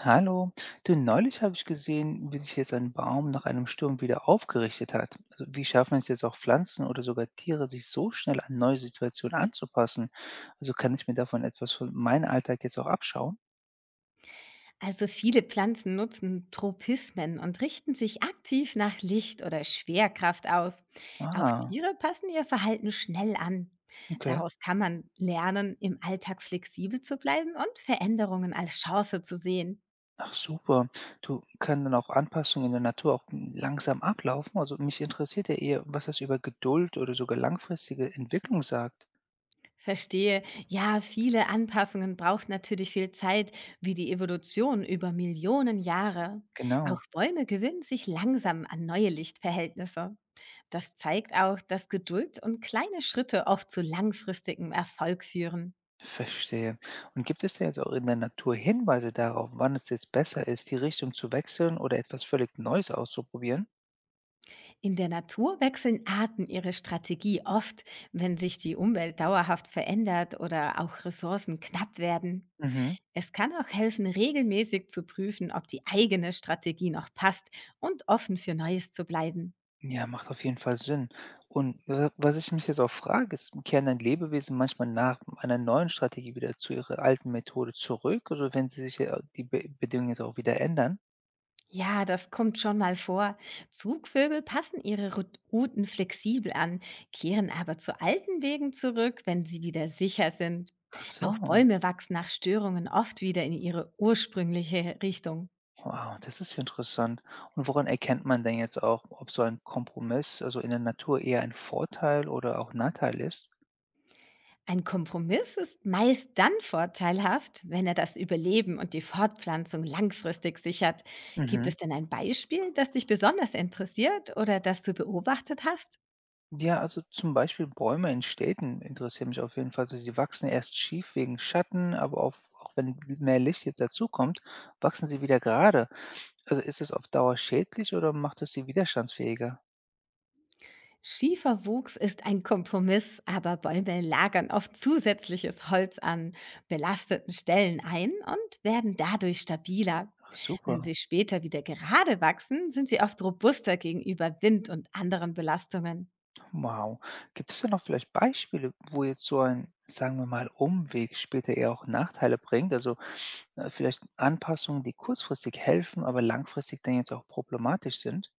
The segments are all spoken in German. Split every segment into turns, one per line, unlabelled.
Hallo, du, neulich habe ich gesehen, wie sich jetzt ein Baum nach einem Sturm wieder aufgerichtet hat. Also wie schaffen es jetzt auch Pflanzen oder sogar Tiere, sich so schnell an neue Situationen anzupassen? Also kann ich mir davon etwas von meinem Alltag jetzt auch abschauen?
Also viele Pflanzen nutzen Tropismen und richten sich aktiv nach Licht oder Schwerkraft aus. Auch
Ah,
Tiere passen ihr Verhalten schnell an.
okay.
Daraus kann man lernen, im Alltag flexibel zu bleiben und Veränderungen als Chance zu sehen.
Ach super. Du kann dann auch Anpassungen in der Natur auch langsam ablaufen. Also mich interessiert ja eher, was das über Geduld oder sogar langfristige Entwicklung sagt.
Verstehe, ja, viele Anpassungen braucht natürlich viel Zeit, wie die Evolution über Millionen Jahre. Auch
Genau.
Bäume gewöhnen sich langsam an neue Lichtverhältnisse. Das zeigt auch, dass Geduld und kleine Schritte oft zu langfristigem Erfolg führen.
Verstehe. Und gibt es da jetzt auch in der Natur Hinweise darauf, wann es jetzt besser ist, die Richtung zu wechseln oder etwas völlig Neues auszuprobieren?
In der Natur wechseln Arten ihre Strategie oft, wenn sich die Umwelt dauerhaft verändert oder auch Ressourcen knapp werden.
Mhm.
Es kann auch helfen, regelmäßig zu prüfen, ob die eigene Strategie noch passt und offen für Neues zu bleiben.
Ja, macht auf jeden Fall Sinn. Und was ich mich jetzt auch frage, ist, kehren dann Lebewesen manchmal nach einer neuen Strategie wieder zu ihrer alten Methode zurück, also wenn sie sich ja die Be Bedingungen jetzt auch wieder ändern?
Ja, das kommt schon mal vor. Zugvögel passen ihre Routen flexibel an, kehren aber zu alten Wegen zurück, wenn sie wieder sicher sind.
Ach so,
Auch Bäume wachsen nach Störungen oft wieder in ihre ursprüngliche Richtung.
wow, das ist ja interessant. Und woran erkennt man denn jetzt auch, ob so ein Kompromiss, also in der Natur eher ein Vorteil oder auch Nachteil ist?
Ein Kompromiss ist meist dann vorteilhaft, wenn er das Überleben und die Fortpflanzung langfristig sichert. Gibt
Mhm.
es denn ein Beispiel, das dich besonders interessiert oder das du beobachtet hast?
Ja, also zum Beispiel Bäume in Städten interessieren mich auf jeden Fall. Also sie wachsen erst schief wegen Schatten, aber auch, auch wenn mehr Licht jetzt dazukommt, wachsen sie wieder gerade. Also ist es auf Dauer schädlich oder macht es sie widerstandsfähiger?
Schieferwuchs ist ein Kompromiss, aber Bäume lagern oft zusätzliches Holz an belasteten Stellen ein und werden dadurch stabiler.
Ach,
Wenn
super,
sie später wieder gerade wachsen, sind sie oft robuster gegenüber Wind und anderen Belastungen.
wow. Gibt es da noch vielleicht Beispiele, wo jetzt so ein, sagen wir mal, Umweg später eher auch Nachteile bringt? Also vielleicht Anpassungen, die kurzfristig helfen, aber langfristig dann jetzt auch problematisch sind?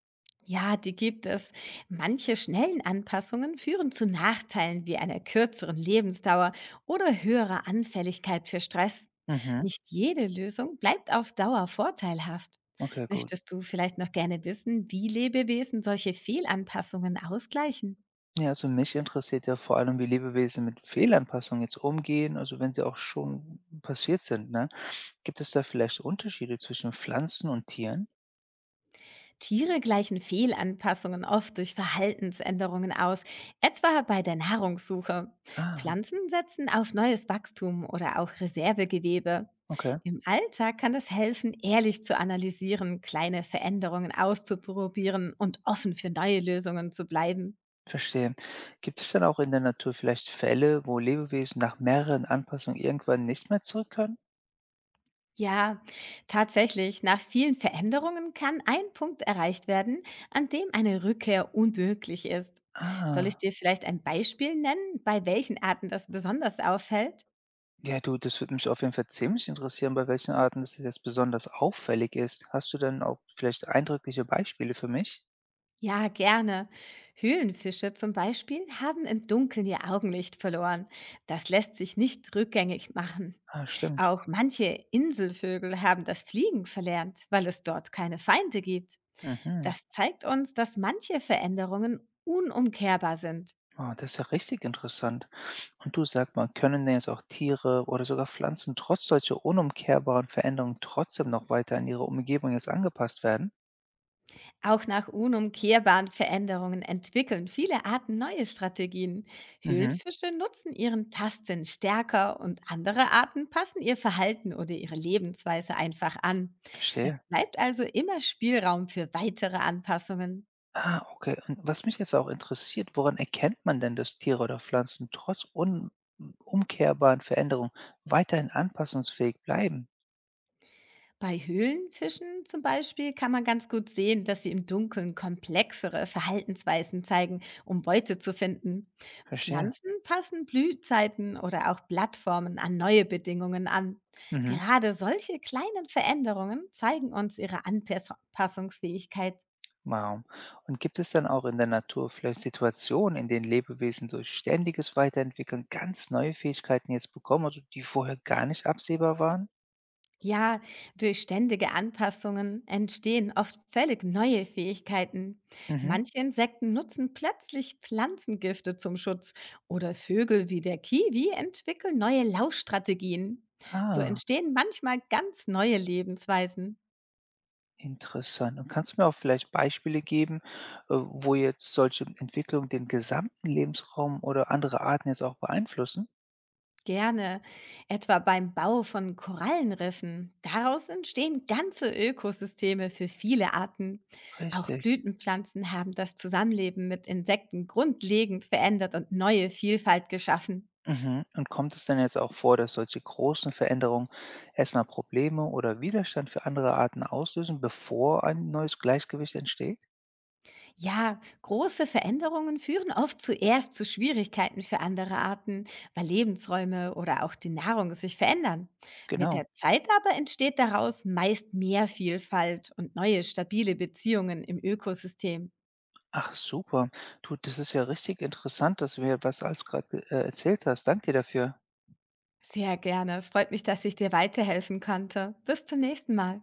Ja, die gibt es. Manche schnellen Anpassungen führen zu Nachteilen wie einer kürzeren Lebensdauer oder höherer Anfälligkeit für Stress.
Mhm,
Nicht jede Lösung bleibt auf Dauer vorteilhaft.
okay, gut.
Möchtest du vielleicht noch gerne wissen, wie Lebewesen solche Fehlanpassungen ausgleichen?
Ja, also mich interessiert ja vor allem, wie Lebewesen mit Fehlanpassung jetzt umgehen, also wenn sie auch schon passiert sind, ne? Gibt es da vielleicht Unterschiede zwischen Pflanzen und Tieren?
Tiere gleichen Fehlanpassungen oft durch Verhaltensänderungen aus, etwa bei der Nahrungssuche.
Ah,
Pflanzen setzen auf neues Wachstum oder auch Reservegewebe.
okay,
Im Alltag kann es helfen, ehrlich zu analysieren, kleine Veränderungen auszuprobieren und offen für neue Lösungen zu bleiben.
verstehe. Gibt es dann auch in der Natur vielleicht Fälle, wo Lebewesen nach mehreren Anpassungen irgendwann nicht mehr zurück können?
Ja, tatsächlich. Nach vielen Veränderungen kann ein Punkt erreicht werden, an dem eine Rückkehr unmöglich ist. Soll ich
Ah,
dir vielleicht ein Beispiel nennen, bei welchen Arten das besonders auffällt?
ja, du, das würde mich auf jeden Fall ziemlich interessieren, bei welchen Arten das jetzt besonders auffällig ist. Hast du dann auch vielleicht eindrückliche Beispiele für mich?
Ja, gerne. Höhlenfische zum Beispiel haben im Dunkeln ihr Augenlicht verloren. Das lässt sich nicht rückgängig machen.
Ah, stimmt.
Auch manche Inselvögel haben das Fliegen verlernt, weil es dort keine Feinde gibt.
Mhm.
Das zeigt uns, dass manche Veränderungen unumkehrbar sind.
Ah, das ist ja richtig interessant. Und du sag mal, können denn jetzt auch Tiere oder sogar Pflanzen trotz solcher unumkehrbaren Veränderungen trotzdem noch weiter an ihre Umgebung jetzt angepasst werden?
Auch nach unumkehrbaren Veränderungen entwickeln viele Arten neue Strategien.
Mhm,
Höhlenfische nutzen ihren Tastsinn stärker und andere Arten passen ihr Verhalten oder ihre Lebensweise einfach an. Es
verstehe.
bleibt also immer Spielraum für weitere Anpassungen.
Ah, okay. Und was mich jetzt auch interessiert, woran erkennt man denn, dass Tiere oder Pflanzen trotz unumkehrbaren Veränderungen weiterhin anpassungsfähig bleiben?
Bei Höhlenfischen zum Beispiel kann man ganz gut sehen, dass sie im Dunkeln komplexere Verhaltensweisen zeigen, um Beute zu finden.
Verstehe.
Pflanzen passen Blühzeiten oder auch Blattformen an neue Bedingungen an.
Mhm.
Gerade solche kleinen Veränderungen zeigen uns ihre Anpassungsfähigkeit.
Wow. Und gibt es dann auch in der Natur vielleicht Situationen, in denen Lebewesen durch ständiges Weiterentwickeln ganz neue Fähigkeiten jetzt bekommen, also die vorher gar nicht absehbar waren?
Ja, durch ständige Anpassungen entstehen oft völlig neue Fähigkeiten.
Mhm.
Manche Insekten nutzen plötzlich Pflanzengifte zum Schutz oder Vögel wie der Kiwi entwickeln neue Laufstrategien. So
Ah,
entstehen manchmal ganz neue Lebensweisen.
interessant. Und kannst du mir auch vielleicht Beispiele geben, wo jetzt solche Entwicklungen den gesamten Lebensraum oder andere Arten jetzt auch beeinflussen?
Gerne, etwa beim Bau von Korallenriffen. Daraus entstehen ganze Ökosysteme für viele Arten. Auch
Richtig.
Blütenpflanzen haben das Zusammenleben mit Insekten grundlegend verändert und neue Vielfalt geschaffen.
Mhm. Und kommt es denn jetzt auch vor, dass solche großen Veränderungen erstmal Probleme oder Widerstand für andere Arten auslösen, bevor ein neues Gleichgewicht entsteht?
Ja, große Veränderungen führen oft zuerst zu Schwierigkeiten für andere Arten, weil Lebensräume oder auch die Nahrung sich verändern. Mit
Genau.
der Zeit aber entsteht daraus meist mehr Vielfalt und neue stabile Beziehungen im Ökosystem.
Ach super. Du, das ist ja richtig interessant, dass du mir was als gerade erzählt hast. Danke dir dafür.
Sehr gerne. Es freut mich, dass ich dir weiterhelfen konnte. Bis zum nächsten Mal.